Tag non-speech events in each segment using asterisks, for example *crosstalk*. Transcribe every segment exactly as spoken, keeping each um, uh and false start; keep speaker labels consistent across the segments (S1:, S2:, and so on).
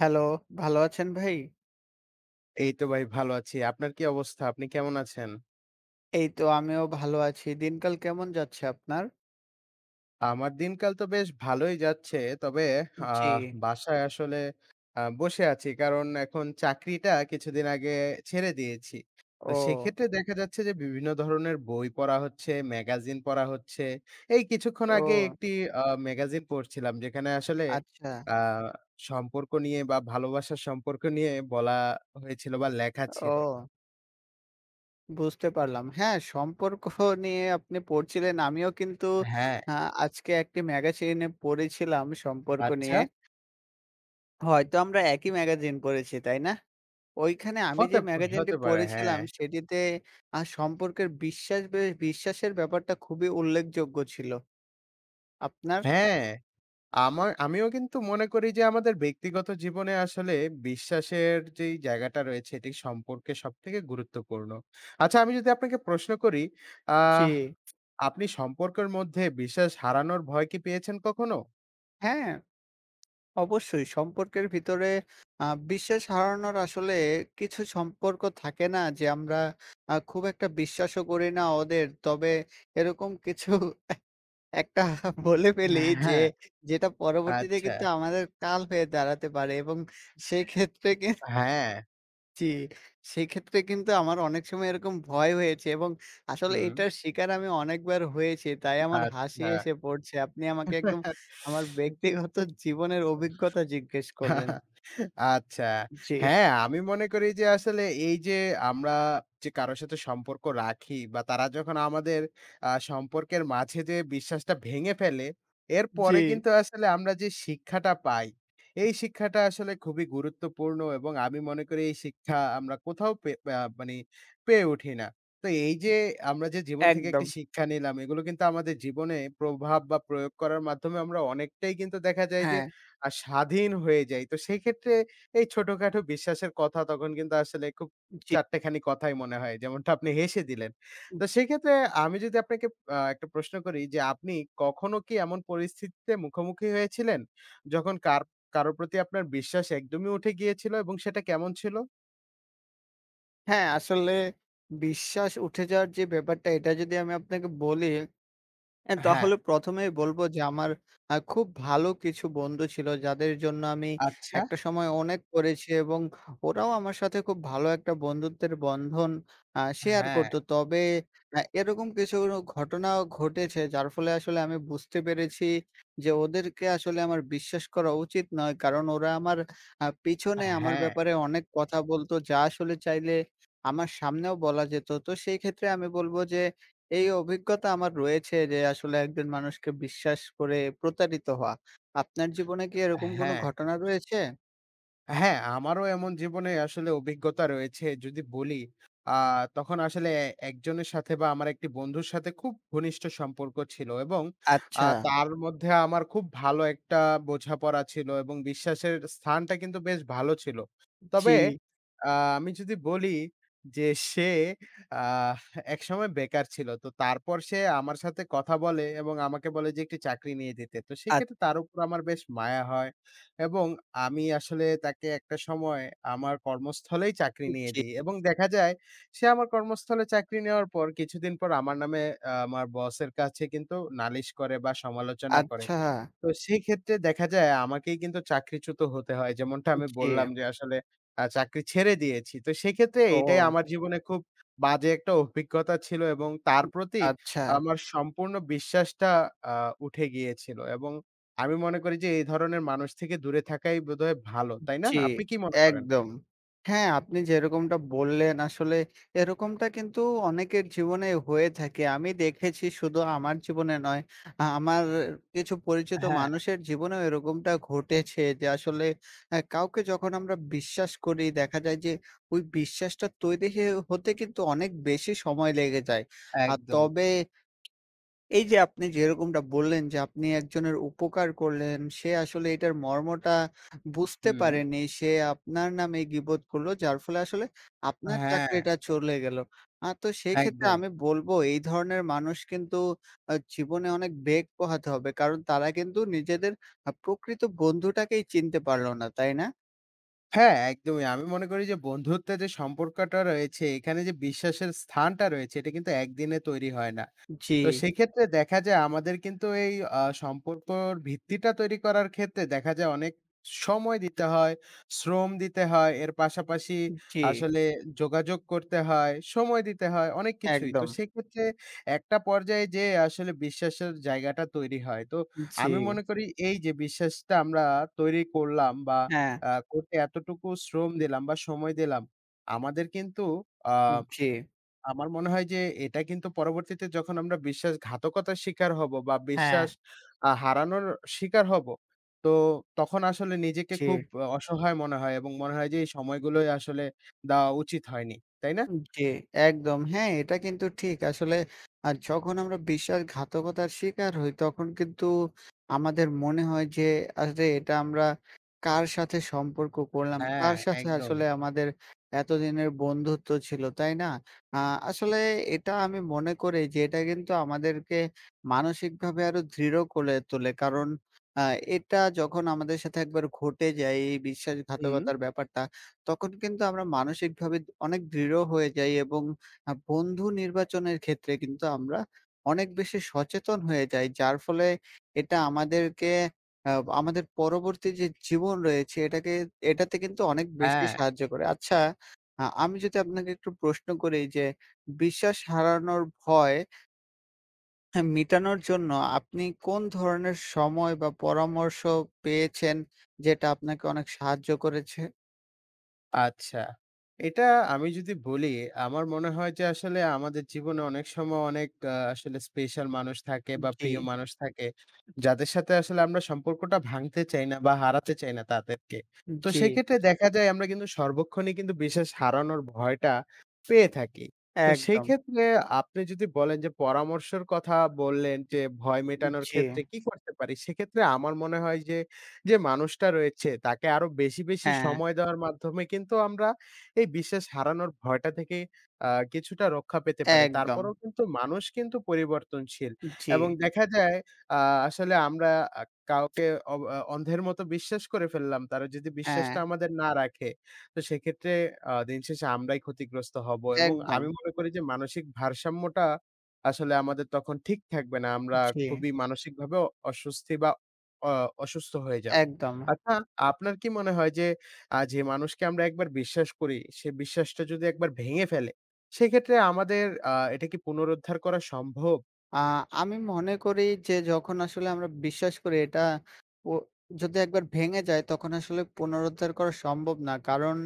S1: Hello, ভালো আছেন ভাই?
S2: এই তো ভাই ভালো আছি। আপনার কি অবস্থা? আপনি কেমন আছেন?
S1: এই তো আমিও ভালো আছি। দিনকাল কেমন যাচ্ছে আপনার?
S2: আমার দিনকাল তো বেশ ভালোই যাচ্ছে। তবে
S1: জি।
S2: আহ বাসায় আসলে আ বসে আছি। কারণ এখন চাকরিটা কিছুদিন আগে ছেড়ে দিয়েছি। তো
S1: ও,
S2: সেক্ষেত্রে দেখা যাচ্ছে যে বিভিন্ন ধরনের বই পড়া হচ্ছে, ম্যাগাজিন পড়া হচ্ছে। এই কিছুক্ষণ আগে
S1: ও
S2: একটি আ ম্যাগাজিন পড়ছিলাম যেখানে আসলে
S1: আচ্ছা।
S2: আ সম্পর্ক নিয়ে বা ভালোবাসার সম্পর্ক নিয়ে বলা হয়েছিল বা লেখা ছিল।
S1: ও বুঝতে পারলাম। হ্যাঁ, সম্পর্ক নিয়ে আপনি পড়ছিলেন। আমিও কিন্তু
S2: হ্যাঁ।
S1: আ আজকে একটি ম্যাগাজিনে পড়েছিলাম সম্পর্ক
S2: আচ্ছা।
S1: নিয়ে। হয়তো আমরা একই ম্যাগাজিন পড়েছি, তাই না? ওইখানে আমি যে
S2: হতে
S1: ম্যাগাজিনটি
S2: হতে পারে, হ্যাঁ।
S1: পড়েছিলাম সেটিতে আ সম্পর্কের বিশ্বাস বে বিশ্বাসের ব্যাপারটা খুবই উল্লেখযোগ্য ছিল। আপনার?
S2: হ্যাঁ, আমার আমিও কিন্তু মনে করি যে আমাদের ব্যক্তিগত জীবনে আসলে বিশ্বাসের যেই জায়গাটা রয়েছে এটি সম্পর্কে সবথেকে গুরুত্বপূর্ণ। আচ্ছা, আমি যদি আপনাকে প্রশ্ন করি,
S1: জি।
S2: আহ আপনি সম্পর্কের মধ্যে বিশ্বাস হারানোর ভয় কি পেয়েছেন কখনো?
S1: হ্যাঁ। অবশ্যই সম্পর্কের ভিতরে আ বিশ্বাস হারানোর আসলে কিছু সম্পর্ক থাকে না যে আমরা আ খুব একটা বিশ্বাসও করি না ওদের। তবে এরকম কিছু *laughs* একটা বলে ফেলি যে
S2: হ্যাঁ,
S1: যেটা
S2: আচ্ছা।
S1: পরবর্তীতে
S2: আচ্ছা,
S1: কিন্তু আমাদের কাল হয়ে দাঁড়াতে পারে এবং সেক্ষেত্রে কিন
S2: হ্যাঁ,
S1: জি, সেক্ষেত্রে কিন্তু আমার অনেক সময় এরকম ভয় হয়েছে এবং আসলে
S2: হুম।
S1: এটার শিকার আমি অনেকবার হয়েছি। তাই আমার হাসি
S2: আচ্ছা।
S1: এসে পড়ছে। আপনি আমাকে একদম আমার ব্যক্তিগত জীবনের অভিজ্ঞতা জিজ্ঞেস করলেন।
S2: আচ্ছা।
S1: জি,
S2: হ্যাঁ, আমি মনে করি যে আসলে এই যে আমরা যে কারো সাথে সম্পর্ক রাখি বা তারা যখন আমাদের আ সম্পর্কের মাঝে যে বিশ্বাসটা ভেঙে ফেলে,
S1: জি,
S2: এরপরে কিন্তু আসলে আমরা যে শিক্ষাটা পাই, এই শিক্ষাটা আসলে খুবই গুরুত্বপূর্ণ এবং আমি মনে করি এই শিক্ষা আমরা কোথাও পে আ মানে পেয়ে উঠি না। তো এই যে আমরা যে জীবন থেকে একটি
S1: একদম।
S2: শিক্ষা নিলাম, এগুলো কিন্তু আমাদের জীবনে প্রভাব বা প্রয়োগ করার মাধ্যমে আমরা অনেকটাই কিন্তু দেখা যায় যে
S1: হ্যাঁ,
S2: আ স্বাধীন হয়ে যাই। তো সেক্ষেত্রে এই ছোটখাটো বিশ্বাসের কথা তখন কিন্তু আসলে খুব
S1: জি,
S2: চার টা খানি কথাই মনে হয়। যেমনটা আপনি হেসে দিলেন। তো
S1: জি।
S2: সেক্ষেত্রে আমি যদি আপনাকে আ একটা প্রশ্ন করি যে আপনি কখনো কি এমন পরিস্থিতিতে মুখোমুখি হয়েছিলেন যখন কার কারো প্রতি আপনার বিশ্বাস একদমই উঠে গিয়েছিল এবং সেটা কেমন ছিল?
S1: হ্যাঁ, আসলে বিশ্বাস উঠে যাওয়ার যে ব্যাপারটা এটা যদি আমি আপনাকে বলি হ্যাঁ,
S2: হ্যাঁ।
S1: তাহলে প্রথম এই বলবো যে আমার আ খুব ভালো কিছু বন্ধু ছিল যাদের জন্য আমি
S2: আচ্ছা।
S1: একটা সময় অনেক করেছি এবং ওরাও আমার সাথে খুব ভালো একটা বন্ধুত্বের বন্ধন আ শেয়ার
S2: হ্যাঁ,
S1: করত। তবে আ এরকম কিছু ঘটনাও ঘটেছে যার ফলে আসলে আমি বুঝতে পেরেছি যে ওদেরকে আসলে আমার বিশ্বাস করা উচিত নয়। কারণ ওরা আমার আ পিছনে আমার
S2: হ্যাঁ,
S1: ব্যাপারে অনেক কথা বলত যা আসলে চাইলে আমার সামনেও বলা যেত। তো সেই ক্ষেত্রে আমি বলব যে এই অভিজ্ঞতা আমার রয়েছে যে আসলে একজন মানুষকে বিশ্বাস করে প্রতারিত হওয়া। আপনার জীবনে কি এরকম কোনো
S2: হ্যাঁ।
S1: ঘটনা রয়েছে?
S2: হ্যাঁ, আমারও এমন জীবনে আসলে অভিজ্ঞতা রয়েছে। যদি বলি, আ তখন আসলে একজনের সাথে বা আমার একটি বন্ধুর সাথে খুব ঘনিষ্ঠ সম্পর্ক ছিল এবং আ
S1: আচ্ছা,
S2: আচ্ছা। তার মধ্যে আমার খুব ভালো একটা বোঝাপড়া ছিল এবং বিশ্বাসের স্থানটা কিন্তু বেশ ভালো ছিল।
S1: জি,
S2: তবে আ আমি যদি বলি যে সে আহ একসময় বেকার ছিল। তো তারপর সে আমার সাথে কথা বলে এবং আমাকে বলে যে একটি চাকরি নিয়ে দিতে। তো
S1: আ
S2: সেক্ষেত্রে তার উপর আমার বেশ মায়া হয়। এবং আমি আসলে তাকে একটা সময় আমার কর্মস্থলেই চাকরি নিয়ে
S1: জি,
S2: দিই এবং দেখা যায় সে আমার কর্মস্থলে চাকরি নেওয়ার পর কিছুদিন পর আমার নামে আ আমার বসের কাছে কিন্তু নালিশ করে বা সমালোচনা করে।
S1: আচ্ছা,
S2: তো সেই ক্ষেত্রে দেখা যায় আমাকেই কিন্তু চাকরিচ্যুত হতে হয়। যেমনটা আমি
S1: জি,
S2: বললাম যে আসলে আ চাকরি ছেড়ে দিয়েছি। তো সেক্ষেত্রে এটাই
S1: ও
S2: আমার জীবনে খুব বাজে একটা অভিজ্ঞতা ছিল এবং তার প্রতি
S1: আচ্ছা।
S2: আমার সম্পূর্ণ বিশ্বাসটা আ উঠে গিয়েছিল এবং আমি মনে করি যে এই ধরনের মানুষ থেকে দূরে থাকাই বোধহয় ভালো। তাই না?
S1: জি,
S2: আপনি কি মনে করেন?
S1: একদম। হ্যাঁ, আপনি যেরকমটা বললেন আসলে এরকমটা কিন্তু অনেকের জীবনে হয়ে থাকে। আমি দেখেছি শুধু আমার জীবনে নয়, আ আমার কিছু পরিচিত
S2: হ্যাঁ,
S1: মানুষের জীবনেও এরকমটা ঘটেছে যে আসলে আ কাউকে যখন আমরা বিশ্বাস করি দেখা যায় যে ওই বিশ্বাসটা তৈরি হে হতে কিন্তু অনেক বেশি সময় লেগে যায়। আর
S2: একদম।
S1: তবে এই যে আপনি যেরকমটা বললেন যে আপনি একজনের উপকার করলেন, সে আসলে এটার মর্মটা বুঝতে
S2: হুম।
S1: পারেনি। সে আপনার নামে গীবত করলো যার ফলে আসলে আপনার
S2: হ্যাঁ,
S1: চাকরিটা চলে গেল। আ তো সেক্ষেত্রে
S2: একদম।
S1: আমি বলব এই ধরনের মানুষ কিন্তু আ জীবনে অনেক বেগ পোহাতে হবে। কারণ তারা কিন্তু নিজেদের আ প্রকৃত বন্ধুটাকেই চিনতে পারল না, তাই না?
S2: হ্যাঁ, একদমই। আমি মনে করি যে বন্ধুত্বের যে সম্পর্কটা রয়েছে, এখানে যে বিশ্বাসের স্থানটা রয়েছে, এটা কিন্তু একদিনে তৈরি হয় না।
S1: জি,
S2: তো সেক্ষেত্রে দেখা যায় আমাদের কিন্তু এই আ সম্পর্কর ভিত্তিটা তৈরি করার ক্ষেত্রে দেখা যায় অনেক সময় দিতে হয়, শ্রম দিতে হয়, এর পাশাপাশি
S1: জি,
S2: আসলে যোগাযোগ করতে হয়, সময় দিতে হয়, অনেক কিছুই। তো
S1: একদম।
S2: সেক্ষেত্রে একটা পর্যায়ে যেয়ে আসলে বিশ্বাসের জায়গাটা তৈরি হয়। তো
S1: জি,
S2: আমি মনে করি এই যে বিশ্বাসটা আমরা তৈরি করলাম বা
S1: হ্যাঁ,
S2: আ করতে এতটুকু শ্রম দিলাম বা সময় দিলাম, আমাদের কিন্তু আ
S1: জি,
S2: আমার মনে হয় যে এটা কিন্তু পরবর্তীতে যখন আমরা বিশ্বাসঘাতকতার শিকার হব বা
S1: হ্যাঁ,
S2: বিশ্বাস আ হারানোর শিকার হব, তো তখন আসলে নিজেকে
S1: জি।
S2: খুব আ অসহায় মনে হয় এবং মনে হয় যে এই সময়গুলোই আসলে দেওয়া উচিত হয়নি। তাই না?
S1: জি, একদম। হ্যাঁ, এটা কিন্তু ঠিক। আসলে আ যখন আমরা বিশ্বাসঘাতকতার শিকার হই, তখন কিন্তু আমাদের মনে হয় যে, আরে এটা আমরা কার সাথে সম্পর্ক করলাম?
S2: হ্যাঁ,
S1: কার সাথে
S2: একদম।
S1: আসলে আমাদের এতদিনের বন্ধুত্ব ছিল, তাই না? আ আসলে এটা আমি মনে করি যে, এটা কিন্তু আমাদেরকে মানসিকভাবে আরো দৃঢ় করে তোলে। কারণ আ এটা যখন আমাদের সাথে একবার ঘটে যায় এই
S2: হুম,
S1: বিশ্বাসঘাতকতার ব্যাপারটা তখন কিন্তু আমরা মানসিকভাবে অনেক দৃঢ় হয়ে যাই এবং আ বন্ধু নির্বাচনের ক্ষেত্রে কিন্তু আমরা অনেক বেশি সচেতন হয়ে যাই। যার ফলে এটা আমাদেরকে আ আমাদের পরবর্তী যে জীবন রয়েছে এটাকে এটাতে কিন্তু অনেক বেশি
S2: হ্যাঁ।
S1: সাহায্য করে। আচ্ছা, আ আমি যদি আপনাকে একটু প্রশ্ন করি যে বিশ্বাস হারানোর ভয় হ্যাঁ, মিটানোর জন্য আপনি কোন ধরনের সময় বা পরামর্শ পেয়েছেন যেটা আপনাকে অনেক সাহায্য করেছে?
S2: আচ্ছা। এটা আমি যদি বলি, আমার মনে হয় যে আসলে আমাদের জীবনে অনেক সময় অনেক আ আসলে স্পেশাল মানুষ থাকে বা
S1: জি,
S2: প্রিয় মানুষ থাকে, যাদের সাথে আসলে আমরা সম্পর্কটা ভাঙতে চাই না বা হারাতে চাই না তাদেরকে। তো
S1: জি।
S2: সেক্ষেত্রে দেখা যায় আমরা কিন্তু সর্বক্ষণই কিন্তু বিশেষ হারানোর ভয়টা পেয়ে থাকি। তো সেই
S1: একদম।
S2: ক্ষেত্রে আপনি যদি বলেন যে পরামর্শের কথা বললেন যে ভয় মেটানোর
S1: জি,
S2: ক্ষেত্রে কি করতে পারি? সেক্ষেত্রে আমার মনে হয় যে যে মানুষটা রয়েছে তাকে আরো বেশি, বেশি
S1: হ্যাঁ,
S2: সময় দেওয়ার মাধ্যমে কিন্তু আমরা এই বিশ্বাস হারানোর ভয়টা থেকে আ কিছুটা রক্ষা পেতে পারি।
S1: একদম।
S2: তারপরেও কিন্তু মানুষ কিন্তু পরিবর্তনশীল
S1: জি,
S2: এবং দেখা যায় আ আসলে আমরা আ কাউকে অ আ অন্ধের মতো বিশ্বাস করে ফেললাম। তারা যদি
S1: হ্যাঁ,
S2: বিশ্বাসটা আমাদের না রাখে, তো সেক্ষেত্রে আ দিনশেষে আমরাই ক্ষতিগ্রস্ত হব এবং
S1: একদম।
S2: আমি মনে করি যে মানসিক ভারসাম্যটা আসলে আমাদের তখন ঠিক থাকবে না। আমরা
S1: জি,
S2: খুবই মানসিকভাবে অ- অস্বস্তি বা অ অসুস্থ হয়ে যাবে।
S1: একদম।
S2: আচ্ছা, আপনার কি মনে হয় যে আ যে মানুষকে আমরা একবার বিশ্বাস করি, সে বিশ্বাসটা যদি একবার ভেঙে ফেলে, সেক্ষেত্রে আমাদের আ এটা কি পুনরুদ্ধার করা সম্ভব?
S1: আ আমি মনে করি যে যখন আসলে আমরা বিশ্বাস করি এটা ও যদি একবার ভেঙে যায় তখন আসলে পুনরুদ্ধার করা সম্ভব না। কারণ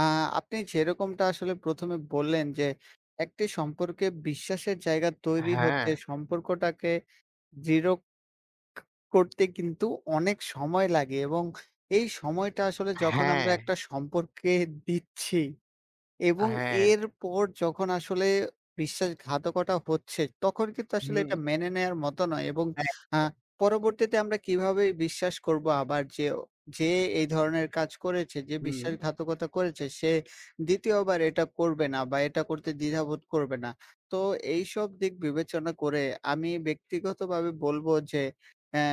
S1: আ আপনি যেরকমটা আসলে প্রথম এ বললেন যে একটি সম্পর্কে বিশ্বাসের জায়গা তৈরি
S2: হ্যাঁ,
S1: হতে সম্পর্কটাকে দৃঢ় করতে কিন্তু অনেক সময় লাগে এবং এই সময়টা আসলে যখন
S2: হ্যাঁ,
S1: আমরা একটা সম্পর্কে দিচ্ছি, এবং
S2: হ্যাঁ।
S1: এরপর যখন আসলে বিশ্বাসঘাতকতা হচ্ছে, তখন কিন্তু আসলে
S2: হুম,
S1: এটা মেনে নেয়ার মতো নয় এবং আ
S2: একদম।
S1: পরবর্তীতে আমরা কিভাবে বিশ্বাস করব আবার যে, যে এই ধরনের কাজ করেছে, যে
S2: হুম।
S1: বিশ্বাসঘাতকতা করেছে সে দ্বিতীয়বার এটা করবে না বা এটা করতে দ্বিধাবোধ করবে না। তো এইসব দিক বিবেচনা করে আমি ব্যক্তিগতভাবে বলব যে, অ্যা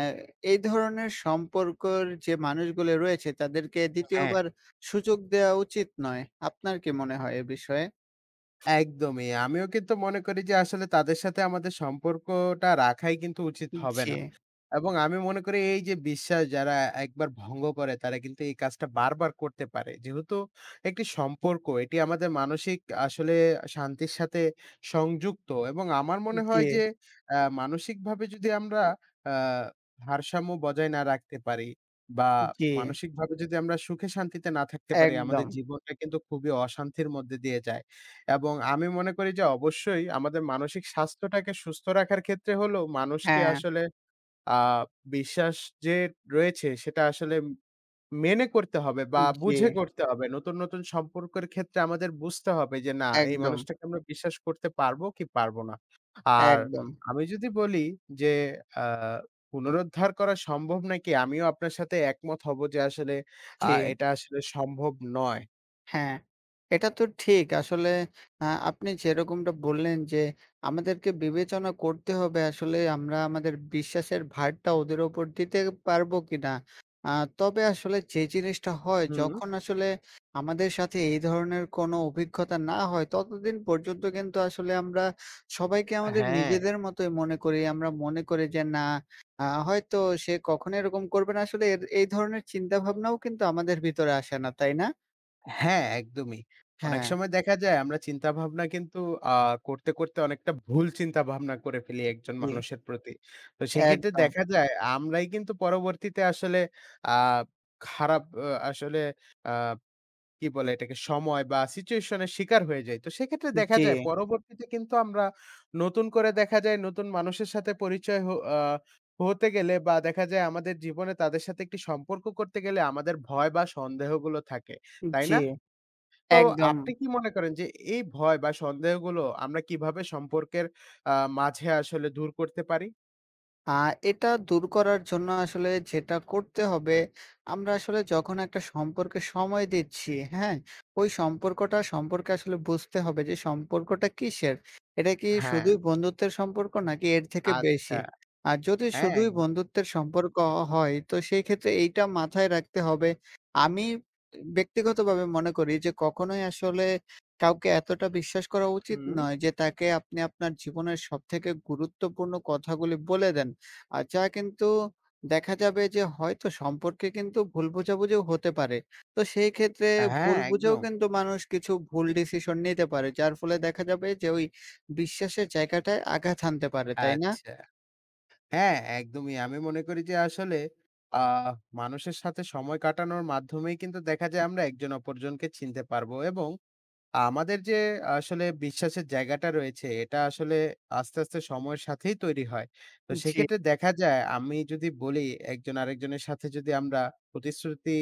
S1: এই ধরনের সম্পর্কর যে মানুষগুলো রয়েছে তাদেরকে
S2: হ্যাঁ,
S1: দ্বিতীয়বার সুযোগ দেওয়া উচিত নয়। আপনার কি মনে হয় এ বিষয়ে?
S2: একদমই। আমিও কিন্তু মনে করি যে আসলে তাদের সাথে আমাদের সম্পর্কটা রাখাই কিন্তু উচিত হবে
S1: জি,
S2: না। এবং আমি মনে করি এই যে বিশ্বাস যারা একবার ভঙ্গ করে তারা কিন্তু এই কাজটা বারবার করতে পারে। যেহেতু একটি সম্পর্ক এটি আমাদের মানসিক আসলে শান্তির সাথে সংযুক্ত এবং আমার মনে
S1: জি,
S2: হয় যে আ মানসিকভাবে যদি আমরা আ ভারসাম্য বজায় না রাখতে পারি বা
S1: জি,
S2: মানসিকভাবে যদি আমরা সুখে শান্তিতে না থাকতে পারি, আমাদের
S1: একদম।
S2: জীবনটা কিন্তু খুবই অশান্তির মধ্যে দিয়ে যায়। এবং আমি মনে করি যে অবশ্যই আমাদের মানসিক স্বাস্থ্যটাকে সুস্থ রাখার ক্ষেত্রে হলো মানুষকে
S1: হ্যাঁ,
S2: আসলে আ বিশ্বাস যে রয়েছে সেটা আসলে মেনে করতে হবে বা
S1: জি,
S2: বুঝে করতে হবে। নতুন, নতুন সম্পর্কের ক্ষেত্রে আমাদের বুঝতে হবে যে না এই
S1: একদম,
S2: মানুষটাকে আমরা বিশ্বাস করতে পারবো কি পারবো না। আর
S1: একদম।
S2: আমি যদি বলি যে আ পুনরুদ্ধার করা সম্ভব নাকি আমিও আপনার সাথে একমত হব যে আসলে আ
S1: জি।
S2: এটা আসলে সম্ভব নয়।
S1: হ্যাঁ, এটা তো ঠিক। আসলে আ আপনি যেরকমটা বললেন যে, আমাদেরকে বিবেচনা করতে হবে আসলে আমরা আমাদের বিশ্বাসের ভারটা ওদের উপর দিতে পারবো কিনা। আ তবে আসলে যে জিনিসটা হয়
S2: হুম,
S1: যখন আসলে আমাদের সাথে এই ধরনের কোনো অভিজ্ঞতা না হয়, ততদিন পর্যন্ত কিন্তু আসলে আমরা সবাইকে আমাদের
S2: হ্যাঁ।
S1: নিজেদের মতোই মনে করি। আমরা মনে করি যে না আ হয়তো সে কখনো এরকম করবে না। আসলে এর এই ধরনের চিন্তাভাবনাও কিন্তু আমাদের ভিতরে আসে না, তাই না?
S2: হ্যাঁ, একদমই। অনেক
S1: হ্যাঁ।
S2: সময় দেখা যায় আমরা চিন্তাভাবনা কিন্তু আ করতে, করতে অনেকটা ভুল চিন্তাভাবনা করে ফেলি একজন
S1: জি,
S2: মানুষের প্রতি। তো সেক্ষেত্রে
S1: একদম।
S2: দেখা যায় আমরাই কিন্তু পরবর্তীতে আসলে আ খারাপ আ আসলে আ কি বলে এটাকে সময় বা সিচুয়েশন এর শিকার হয়ে যাই। তো সেক্ষেত্রে দেখা
S1: জি,
S2: যায় পরবর্তীতে কিন্তু আমরা নতুন করে দেখা যায় নতুন মানুষের সাথে পরিচয় হ আ হতে গেলে বা দেখা যায় আমাদের জীবনে তাদের সাথে একটি সম্পর্ক করতে গেলে আমাদের ভয় বা সন্দেহগুলো থাকে। তাই
S1: জি,
S2: না? তো
S1: একদম।
S2: আপনি কি মনে করেন যে এই ভয় বা সন্দেহগুলো আমরা কিভাবে সম্পর্কের আ মাঝে আসলে দূর করতে পারি?
S1: আ এটা দূর করার জন্য আসলে যেটা করতে হবে, আমরা আসলে যখন একটা সম্পর্কে সময় দিচ্ছি, হ্যাঁ? ওই সম্পর্কটা সম্পর্কে আসলে বুঝতে হবে যে সম্পর্কটা কিসের? এটা কি
S2: হ্যাঁ,
S1: শুধুই বন্ধুত্বের সম্পর্ক নাকি এর থেকে
S2: আচ্ছা।
S1: বেশি? আর যদি
S2: হ্যাঁ,
S1: শুধুই
S2: একদম।
S1: বন্ধুত্বের সম্পর্ক হয় তো সেই ক্ষেত্রে এইটা মাথায় রাখতে হবে। আমি ব্যক্তিগতভাবে মনে করি যে কখনোই আসলে কাউকে এতটা বিশ্বাস করা উচিত
S2: হুম।
S1: নয় যে তাকে আপনি আপনার জীবনের সবথেকে গুরুত্বপূর্ণ কথাগুলি বলে দেন। আর যা কিন্তু দেখা যাবে যে হয়তো সম্পর্কে কিন্তু ভুল বোঝাবুঝিও হতে পারে। তো সেই ক্ষেত্রে
S2: হ্যাঁ,
S1: ভুল বুঝেও
S2: একদম।
S1: কিন্তু মানুষ কিছু ভুল ডিসিশন নিতে পারে। যার ফলে দেখা যাবে যে ওই বিশ্বাসের জায়গাটায় আঘাত হানতে পারে, তাই না?
S2: আচ্ছা। হ্যাঁ, একদমই। আমি মনে করি যে আসলে আ মানুষের সাথে সময় কাটানোর মাধ্যমেই কিন্তু দেখা যায় আমরা একজন অপরজনকে চিনতে পারবো এবং আমাদের যে আসলে বিশ্বাসের জায়গাটা রয়েছে, এটা আসলে আস্তে, আস্তে সময়ের সাথেই তৈরি হয়। তো
S1: জি,
S2: সেক্ষেত্রে দেখা যায় আমি যদি বলি একজন আরেকজনের সাথে যদি আমরা প্রতিশ্রুতি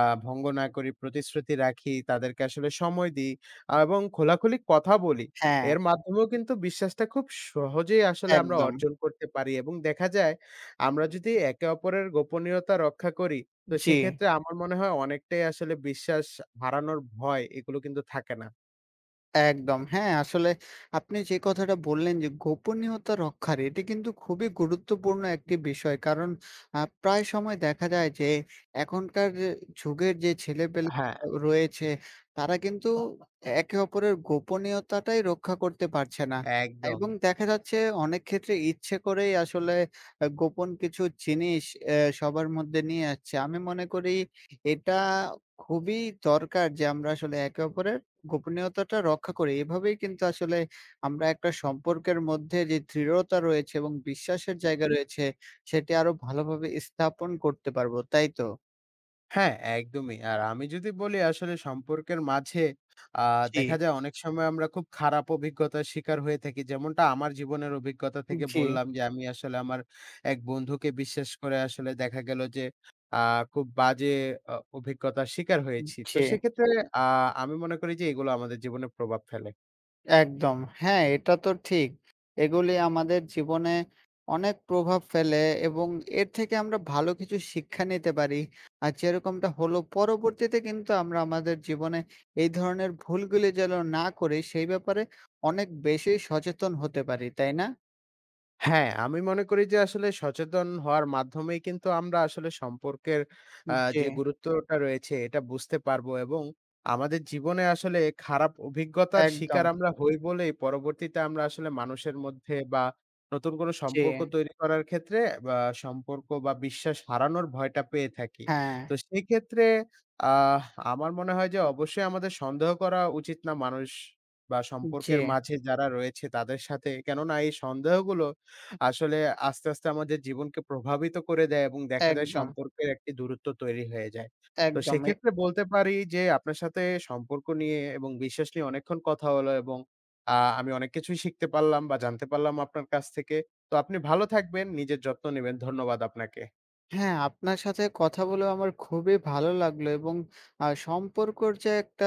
S2: আ ভঙ্গ না করি, প্রতিশ্রুতি রাখি, তাদেরকে আসলে সময় দিই আহ, এবং খোলাখুলি কথা বলি।
S1: হ্যাঁ,
S2: এর মাধ্যমেও কিন্তু বিশ্বাসটা খুব সহজেই আসলে আমরা
S1: একদম।
S2: অর্জন করতে পারি এবং দেখা যায় আমরা যদি একে অপরের গোপনীয়তা রক্ষা করি, তো
S1: জি।
S2: সেক্ষেত্রে আমার মনে হয় অনেকটাই আসলে বিশ্বাস হারানোর ভয় এগুলো কিন্তু থাকে না।
S1: একদম। হ্যাঁ, আসলে আপনি যে কথাটা বললেন যে গোপনীয়তা রক্ষার এটি কিন্তু খুবই গুরুত্বপূর্ণ একটি বিষয়। কারণ আ প্রায় সময় দেখা যায় যে এখনকার যে যুগের যে ছেলেপেলে
S2: হ্যাঁ,
S1: রয়েছে তারা কিন্তু একে অপরের গোপনীয়তাটাই রক্ষা করতে পারছে না।
S2: একদম।
S1: এবং দেখা যাচ্ছে অনেক ক্ষেত্রে ইচ্ছে করেই আসলে আ গোপন কিছু জিনিস অ্যা সবার মধ্যে নিয়ে আসছে। আমি মনে করি এটা খুবই দরকার যে আমরা আসলে একে অপরের গোপনীয়তাটা রক্ষা করি। এভাবেই কিন্তু আসলে আমরা একটা সম্পর্কের মধ্যে যে দৃঢ়তা রয়েছে এবং বিশ্বাসের জায়গা হুম।
S2: হুম।
S1: রয়েছে, সেটি আরো ভালোভাবে স্থাপন করতে পারবো। তাই তো?
S2: হ্যাঁ, একদমই। আর আমি যদি বলি আসলে সম্পর্কের মাঝে আ
S1: জি।
S2: দেখা যায় অনেক সময় আমরা খুব খারাপ অভিজ্ঞতার শিকার হয়ে থাকি। যেমনটা আমার জীবনের অভিজ্ঞতা থেকে
S1: জি,
S2: বললাম যে আমি আসলে আমার এক বন্ধুকে বিশ্বাস করে আসলে দেখা গেল যে আ খুব বাজে অ অভিজ্ঞতার শিকার হয়েছি। তো
S1: জি।
S2: সেক্ষেত্রে আ আমি মনে করি যে এগুলো আমাদের জীবনে প্রভাব ফেলে।
S1: একদম। হ্যাঁ, এটা তো ঠিক। এগুলি আমাদের জীবনে অনেক প্রভাব ফেলে এবং এর থেকে আমরা ভালো কিছু শিক্ষা নিতে পারি। আর যেরকমটা হলো পরবর্তীতে কিন্তু আমরা আমাদের জীবনে এই ধরনের ভুলগুলি যেন না করি সেই ব্যাপারে অনেক বেশি সচেতন হতে পারি, তাই না?
S2: হ্যাঁ, আমি মনে করি যে আসলে সচেতন হওয়ার মাধ্যমেই কিন্তু আমরা আসলে সম্পর্কের আ
S1: জি,
S2: যে গুরুত্বটা রয়েছে এটা বুঝতে পারবো এবং আমাদের জীবনে আসলে খারাপ অভিজ্ঞতার শিকার
S1: একদম।
S2: আমরা হই বলেই পরবর্তীতে আমরা আসলে মানুষের মধ্যে বা নতুন কোনো
S1: জি,
S2: সম্পর্ক তৈরি করার ক্ষেত্রে বা সম্পর্ক বা বিশ্বাস হারানোর ভয়টা পেয়ে থাকি।
S1: হ্যাঁ,
S2: তো সেই ক্ষেত্রে আহ আমার মনে হয় যে অবশ্যই আমাদের সন্দেহ করা উচিত না মানুষ বা
S1: জি,
S2: সম্পর্কের মাঝে যারা রয়েছে তাদের সাথে। কেননা এই সন্দেহগুলো আসলে আস্তে, আস্তে আমাদের জীবনকে প্রভাবিত করে দেয় এবং দেখা যায়
S1: একদম,
S2: সম্পর্কের একটি দূরত্ব তৈরি হয়ে যায়। তো
S1: একদম। এ
S2: সেক্ষেত্রে বলতে পারি যে আপনার সাথে সম্পর্ক নিয়ে এবং বিশ্বাস নিয়ে অনেকক্ষণ কথা হলো এবং আ আমি অনেক কিছুই শিখতে পারলাম বা জানতে পারলাম আপনার কাছ থেকে। তো আপনি ভালো থাকবেন, নিজের যত্ন নিবেন। ধন্যবাদ আপনাকে।
S1: হ্যাঁ, আপনার সাথে কথা বলেও আমার খুবই ভালো লাগলো এবং আ সম্পর্কর যে একটা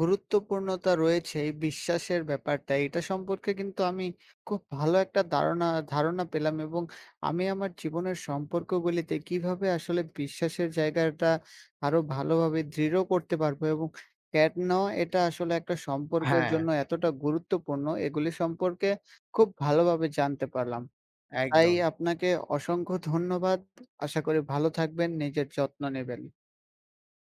S1: গুরুত্বপূর্ণতা রয়েছে এই বিশ্বাসের ব্যাপারটা, এটা সম্পর্কে কিন্তু আমি খুব ভালো একটা দারণা ধারণা পেলাম এবং আমি আমার জীবনের সম্পর্কগুলিতে কিভাবে আসলে বিশ্বাসের জায়গাটা আরো ভালোভাবে দৃঢ় করতে পারবো এবং কেন এটা আসলে একটা সম্পর্কের
S2: হ্যাঁ।
S1: জন্য এতটা গুরুত্বপূর্ণ, এগুলি সম্পর্কে খুব ভালোভাবে জানতে পারলাম। তাই
S2: একদম।
S1: আপনাকে অসংখ্য ধন্যবাদ। আশা করি ভালো থাকবেন, নিজের যত্ন নেবেন।